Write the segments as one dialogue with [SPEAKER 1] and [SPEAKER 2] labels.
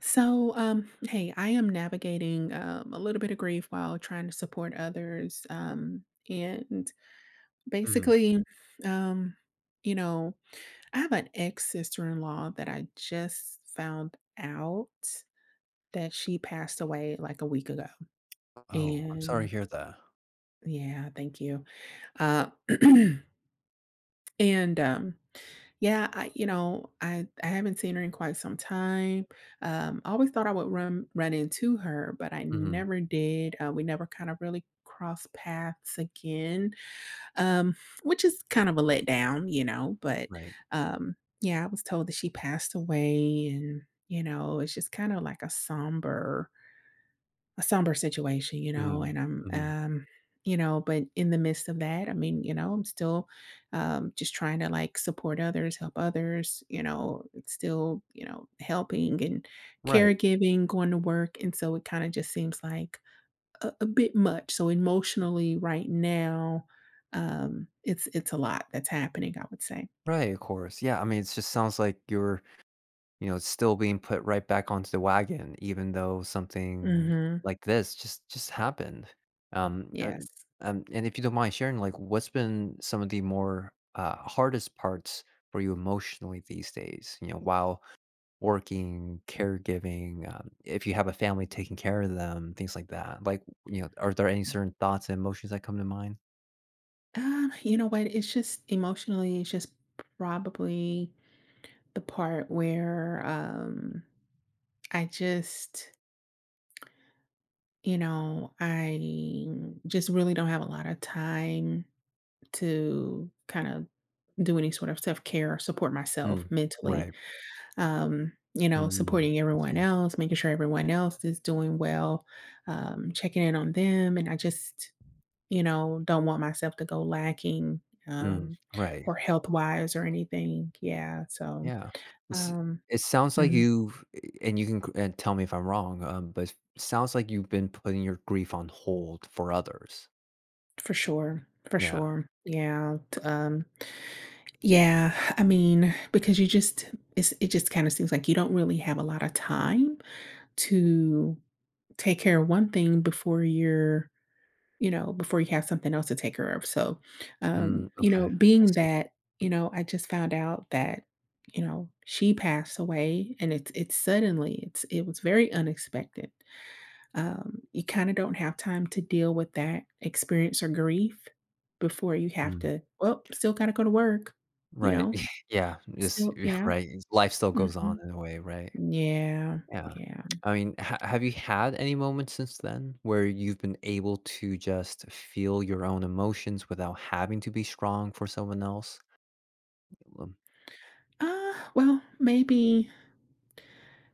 [SPEAKER 1] Hey, I am navigating a little bit of grief while trying to support others. And
[SPEAKER 2] Mhm.
[SPEAKER 1] basically, um, you know, I have an ex sister in law that I just found out that she passed away like a week ago.
[SPEAKER 2] Oh, I'm sorry
[SPEAKER 1] And
[SPEAKER 2] to hear that.
[SPEAKER 1] yeah, thank you. Uh, and Yeah, I haven't seen her in quite some time. I always thought I would run into her, but I
[SPEAKER 2] Mhm.
[SPEAKER 1] never did. We never kind of really crossed paths again, um, which is kind of a letdown. But
[SPEAKER 2] Right.
[SPEAKER 1] um, yeah, I was told that she passed away, and it's just kind of like a somber situation, and
[SPEAKER 2] Mhm. Mhm.
[SPEAKER 1] but in the midst of that, I mean, I'm still just trying to like support others, help others, it's still, helping and
[SPEAKER 2] Right.
[SPEAKER 1] caregiving, going to work. And so it kind of just seems like a bit much. So emotionally right now, it's a lot that's happening, I would say.
[SPEAKER 2] Right, of course. Yeah, I mean, it just sounds like you're, still being put right back onto the wagon even though something
[SPEAKER 1] Mm-hmm.
[SPEAKER 2] like this just happened. Um, uh,
[SPEAKER 1] Yes.
[SPEAKER 2] and if you don't mind sharing, like, what's been some of the more, hardest parts for you emotionally these days, while working, caregiving, if you have a family taking care of them, things like that. Like, are there any certain thoughts and emotions that come to mind?
[SPEAKER 1] You know what? It's just emotionally, it's just probably the part where I just, I just really don't have a lot of time to kind of do any sort of self-care or support myself
[SPEAKER 2] Mm,
[SPEAKER 1] mentally.
[SPEAKER 2] right. Mm,
[SPEAKER 1] Supporting
[SPEAKER 2] I
[SPEAKER 1] everyone
[SPEAKER 2] see.
[SPEAKER 1] else, making sure everyone else is doing well, checking in on them. And I just, don't want myself to go lacking
[SPEAKER 2] Mm,
[SPEAKER 1] um
[SPEAKER 2] right.
[SPEAKER 1] or health wise or anything. Yeah. So
[SPEAKER 2] Yeah. It's
[SPEAKER 1] um
[SPEAKER 2] it sounds like
[SPEAKER 1] mhm.
[SPEAKER 2] you and you can c and tell me if I'm wrong, but it sounds like you've been putting your grief on hold for others.
[SPEAKER 1] For sure, for
[SPEAKER 2] Yeah.
[SPEAKER 1] sure. Yeah, I mean, because you just it's it just kinda seems like you don't really have a lot of time to take care of one thing before before you have something else to take care of, so,
[SPEAKER 2] Mm, okay. I
[SPEAKER 1] being
[SPEAKER 2] see.
[SPEAKER 1] that, I just found out that, she passed away, and it's suddenly, it was very unexpected. You kind of don't have time to deal with that experience or grief before you have
[SPEAKER 2] Mm,
[SPEAKER 1] to, well, still got to go to work, you
[SPEAKER 2] right.
[SPEAKER 1] know,
[SPEAKER 2] Yeah. Just
[SPEAKER 1] still,
[SPEAKER 2] right. Life still goes on
[SPEAKER 1] Mhm.
[SPEAKER 2] in a way, right?
[SPEAKER 1] Yeah,
[SPEAKER 2] Yeah.
[SPEAKER 1] yeah.
[SPEAKER 2] I mean, ha have you had any moments since then where you've been able to just feel your own emotions without having to be strong for someone else? Um,
[SPEAKER 1] Well, maybe,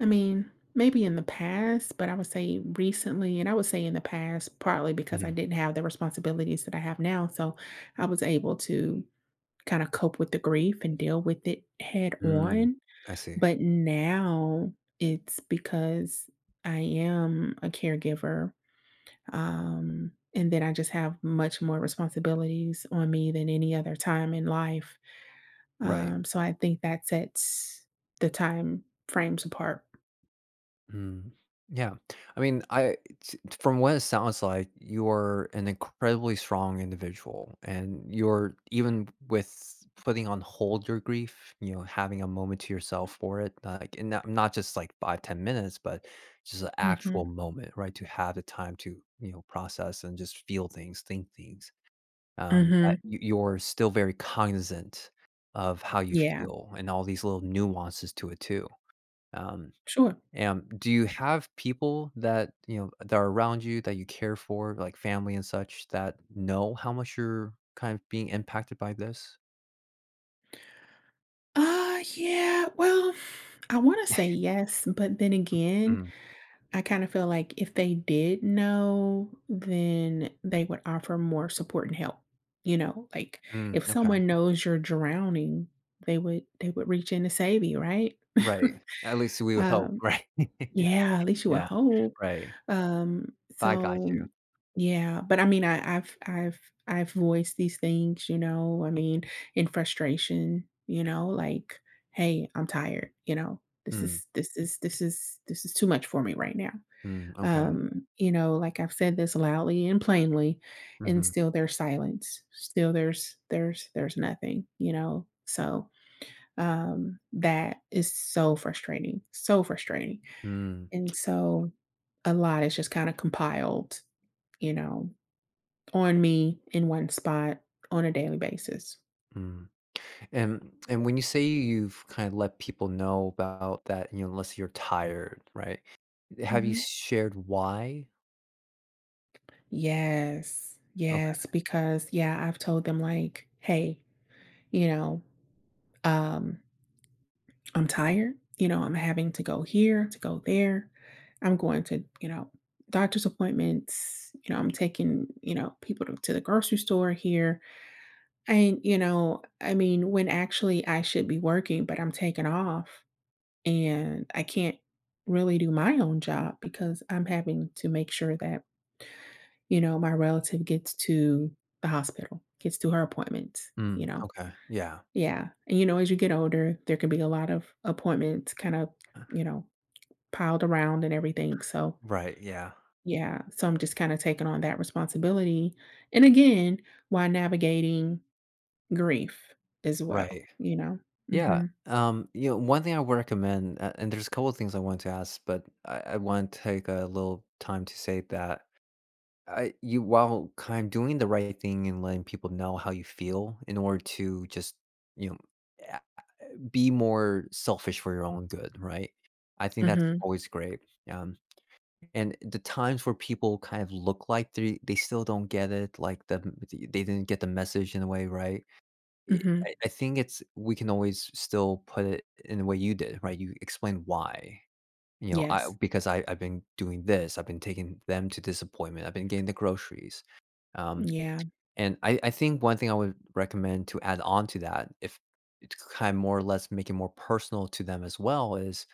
[SPEAKER 1] I mean, maybe in the past, but I would say recently, and I would say in the past, partly because I
[SPEAKER 2] mhm.
[SPEAKER 1] didn't have the responsibilities that I have now. So I was able to kind of cope with the grief and deal with it head
[SPEAKER 2] Mm,
[SPEAKER 1] on.
[SPEAKER 2] I see.
[SPEAKER 1] But now it's because I am a caregiver, and then I just have much more responsibilities on me than any other time in life.
[SPEAKER 2] Right.
[SPEAKER 1] So I think that sets the time frames apart.
[SPEAKER 2] Mm. Yeah. I mean, from what it sounds like, you're an incredibly strong individual, and you're even with putting on hold your grief, having a moment to yourself for it, like and not just like five, 10 minutes, but just an actual
[SPEAKER 1] hmm
[SPEAKER 2] moment, right? To have the time to, process and just feel things, think things. That
[SPEAKER 1] hmm
[SPEAKER 2] you're still very cognizant of how you
[SPEAKER 1] Yeah,
[SPEAKER 2] feel and all these little nuances to it too. Um,
[SPEAKER 1] sure.
[SPEAKER 2] do you have people that, that are around you that you care for, like family and such, that know how much you're kind of being impacted by this?
[SPEAKER 1] Yeah, well, I want to say yes, but then again,
[SPEAKER 2] Mm,
[SPEAKER 1] I kind of feel like if they did know, then they would offer more support and help. You know, like if
[SPEAKER 2] mm, okay.
[SPEAKER 1] someone knows you're drowning, they would reach in to save you, right?
[SPEAKER 2] Right. At least we would hope,
[SPEAKER 1] um,
[SPEAKER 2] right?
[SPEAKER 1] yeah, at least you would
[SPEAKER 2] Yeah,
[SPEAKER 1] hope.
[SPEAKER 2] right.
[SPEAKER 1] Um,
[SPEAKER 2] But I got
[SPEAKER 1] so
[SPEAKER 2] you.
[SPEAKER 1] yeah, but I mean, I've I've voiced these things, you know. I mean, in frustration, you know, like, hey, I'm tired. You know, this
[SPEAKER 2] Mm,
[SPEAKER 1] is this is this is this is too much for me right now
[SPEAKER 2] mm, okay.
[SPEAKER 1] you know, like I've said this loudly and plainly, and
[SPEAKER 2] Mhm.
[SPEAKER 1] still there's silence. Still there's nothing, you know. So that is so frustrating, so frustrating.
[SPEAKER 2] Mm,
[SPEAKER 1] And so a lot is just kind of compiled, you know, on me in one spot on a daily basis.
[SPEAKER 2] mm. And when you say you've kind of let people know about that, unless you're tired, right? Have you
[SPEAKER 1] Mhm.
[SPEAKER 2] shared why?
[SPEAKER 1] Yes. Yes,
[SPEAKER 2] Okay.
[SPEAKER 1] because yeah, I've told them like, hey, you know, um, I'm tired, you know, I'm having to go here, to go there. I'm going to, you know, doctor's appointments, you know, I'm taking, you know, people to the grocery store here. And, you know, I mean, when actually I should be working, but I'm taking off and I can't really do my own job because I'm having to make sure that, you know, my relative gets to the hospital, gets to her appointments, you
[SPEAKER 2] Mm,
[SPEAKER 1] know.
[SPEAKER 2] okay. Yeah.
[SPEAKER 1] Yeah. And you know, as you get older, there can be a lot of appointments kind of, you know, piled around and everything, so
[SPEAKER 2] Right. Yeah.
[SPEAKER 1] yeah, so I'm just kinda taking on that responsibility, and again, while navigating grief as well,
[SPEAKER 2] Right.
[SPEAKER 1] you know?
[SPEAKER 2] Yeah.
[SPEAKER 1] Mhm,
[SPEAKER 2] One thing I would recommend, and there's a couple of things I want to ask, but I want to take a little time to say that you, while kind of doing the right thing and letting people know how you feel in order to just, you know, a- be more selfish for your own good, right? I think that's
[SPEAKER 1] mhm,
[SPEAKER 2] always great. Um, and the times where people kind of look like they still don't get it, like they didn't get the message in a way, right? I
[SPEAKER 1] mhm.
[SPEAKER 2] I I think it's we can always still put it in the way you did, right? You explain why. You know, I
[SPEAKER 1] Yes.
[SPEAKER 2] because I've been doing this, I've been taking them to this appointment, I've been getting the groceries. Um,
[SPEAKER 1] Yeah.
[SPEAKER 2] and I think one thing I would recommend to add on to that, if it's kind of more or less make it more personal to them as well, is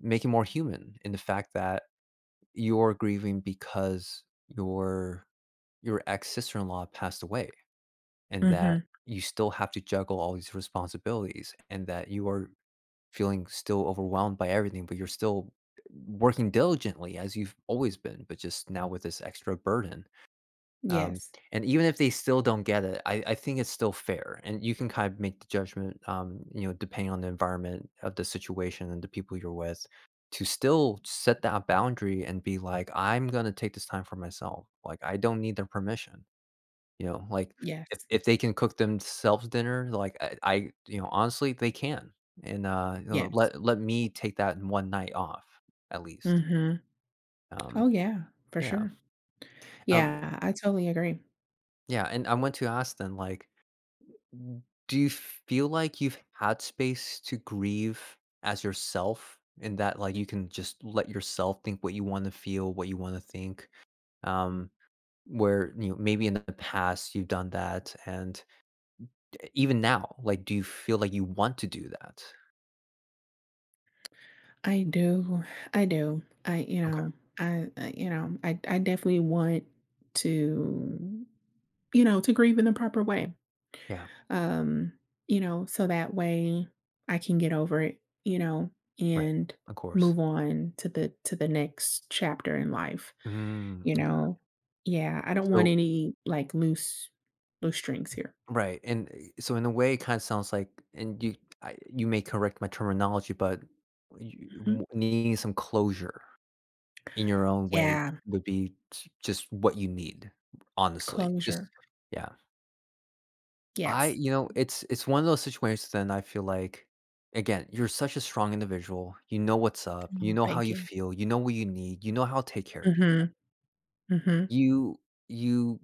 [SPEAKER 2] make it more human in the fact that you're grieving because your ex sister in law passed away, and that
[SPEAKER 1] Mhm.
[SPEAKER 2] you still have to juggle all these responsibilities and that you are feeling still overwhelmed by everything, but you're still working diligently as you've always been, but just now with this extra burden. Um,
[SPEAKER 1] Yes.
[SPEAKER 2] and even if they still don't get it, I think it's still fair. And you can kind of make the judgment, depending on the environment of the situation and the people you're with, to still set that boundary and be like, I'm going to take this time for myself. Like, I don't need their permission. Like,
[SPEAKER 1] Yes.
[SPEAKER 2] if they can cook themselves dinner, like, I honestly, they can, and,
[SPEAKER 1] Yes.
[SPEAKER 2] let me take that 1 night off, at least.
[SPEAKER 1] Mhm.
[SPEAKER 2] Um,
[SPEAKER 1] Oh, yeah, for
[SPEAKER 2] yeah,
[SPEAKER 1] sure.
[SPEAKER 2] um,
[SPEAKER 1] Yeah, I totally agree.
[SPEAKER 2] yeah, and I want to ask then, like, w do you feel like you've had space to grieve as yourself in that, like, you can just let yourself think what you wanna feel, what you wanna think, um, where, maybe in the past you've done that, and E even now, like, do you feel like you want to do that?
[SPEAKER 1] I do, I do.
[SPEAKER 2] Okay.
[SPEAKER 1] I definitely want to, you know, to grieve in the proper way.
[SPEAKER 2] Yeah.
[SPEAKER 1] um, you know, so that way I can get over it, you know,
[SPEAKER 2] Right.
[SPEAKER 1] and
[SPEAKER 2] Of course.
[SPEAKER 1] move on to the next chapter in life,
[SPEAKER 2] Mm.
[SPEAKER 1] you
[SPEAKER 2] Okay.
[SPEAKER 1] know. Yeah, I don't want
[SPEAKER 2] So
[SPEAKER 1] any like loose strings here.
[SPEAKER 2] right, and so in a way, it kinda sounds like and you I you may correct my terminology, but you
[SPEAKER 1] Mhm.
[SPEAKER 2] w needing some closure in your own way
[SPEAKER 1] Yeah,
[SPEAKER 2] would be j just what you need, honestly. Just
[SPEAKER 1] closure.
[SPEAKER 2] Yeah. I
[SPEAKER 1] Yes.
[SPEAKER 2] you know, it's one of those situations, then I feel like again, you're such a strong individual, you know what's up, you
[SPEAKER 1] No,
[SPEAKER 2] know how
[SPEAKER 1] thank
[SPEAKER 2] you
[SPEAKER 1] you.
[SPEAKER 2] feel, you know what you need, you know how to take care of people.
[SPEAKER 1] Mhm. Mhm.
[SPEAKER 2] You you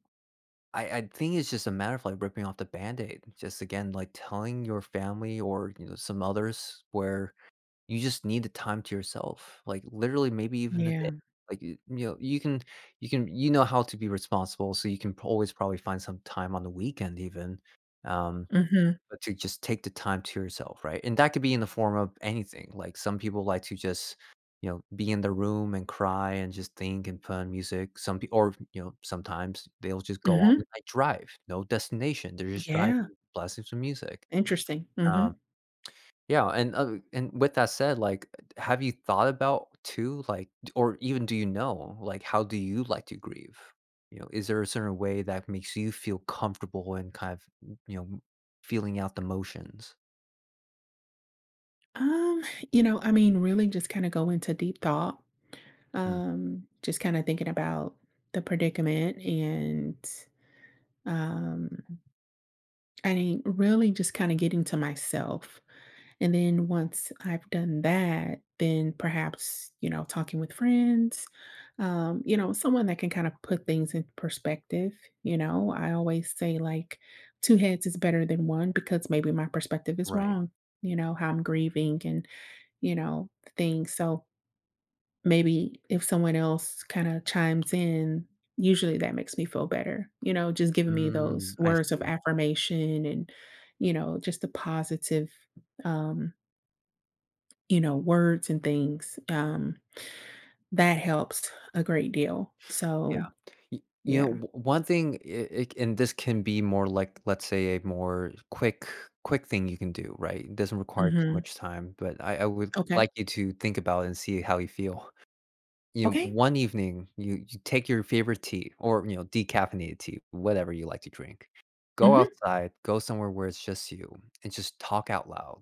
[SPEAKER 2] I think it's just a matter of, like, ripping off the Band-Aid. Just again, like, telling your family or, some others where you just need the time to yourself, like, literally maybe even a day.
[SPEAKER 1] Yeah.
[SPEAKER 2] Like, you can, you know how to be responsible, so you can always probably find some time on the weekend even, um
[SPEAKER 1] Mhm.
[SPEAKER 2] but to just take the time to yourself, right? And that could be in the form of anything. Like some people like to just, be in the room and cry and just think and put on music. Some people, or sometimes they'll just go on
[SPEAKER 1] Mhm.
[SPEAKER 2] a night drive, no destination. They're just
[SPEAKER 1] Yeah.
[SPEAKER 2] driving, blasting some music.
[SPEAKER 1] Interesting.
[SPEAKER 2] Um,
[SPEAKER 1] Mhm.
[SPEAKER 2] yeah, and with that said, like, have you thought about too, like, or even do you know, like, how do you like to grieve? Is there a certain way that makes you feel comfortable and kind of, you know, feeling out the motions?
[SPEAKER 1] Um, you know, I mean, really just kind of go into deep thought.
[SPEAKER 2] Mm,
[SPEAKER 1] Just kinda thinking about the predicament and, um, I mean, really just kinda getting to myself. And then once I've done that, then perhaps, you know, talking with friends, you know, someone that can kind of put things in perspective, you know? I always say, like, two heads is better than one because maybe my perspective is
[SPEAKER 2] right.
[SPEAKER 1] wrong, you know, how I'm grieving and, you know, things, so maybe if someone else kinda chimes in, usually that makes me feel better, you know, just giving me those
[SPEAKER 2] Mm, I
[SPEAKER 1] words of
[SPEAKER 2] see.
[SPEAKER 1] affirmation and, you know, just the positive, um, you know, words and things, that helps a great deal.
[SPEAKER 2] Yeah.
[SPEAKER 1] So,
[SPEAKER 2] Y
[SPEAKER 1] yeah.
[SPEAKER 2] One thing, I it and this can be more like, let's say, a more quick thing you can do, right? It doesn't require too
[SPEAKER 1] Mhm.
[SPEAKER 2] much time, but I would
[SPEAKER 1] Okay.
[SPEAKER 2] like you to think about it and see how you feel.
[SPEAKER 1] Okay.
[SPEAKER 2] One evening, you take your favorite tea or, decaffeinated tea, whatever you like to drink. Go
[SPEAKER 1] Mhm.
[SPEAKER 2] outside, go somewhere where it's just you, and just talk out loud.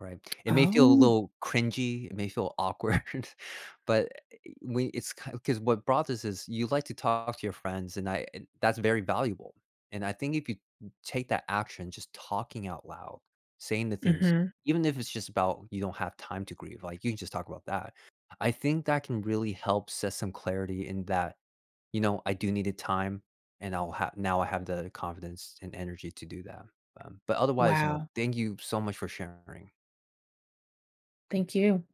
[SPEAKER 2] Right. It may feel a
[SPEAKER 1] Oh.
[SPEAKER 2] little cringy, it may feel awkward, but eh, we it's because what brought this is you like to talk to your friends, and that's very valuable, and I think if you take that action, just talking out loud, saying the things,
[SPEAKER 1] Mhm.
[SPEAKER 2] even if it's just about you don't have time to grieve, like, you can just talk about that. I think that can really help set some clarity in that, I do needed time, and I'll have now I have the confidence and energy to do that, but otherwise,
[SPEAKER 1] Wow.
[SPEAKER 2] thank you so much for sharing.
[SPEAKER 1] Thank you.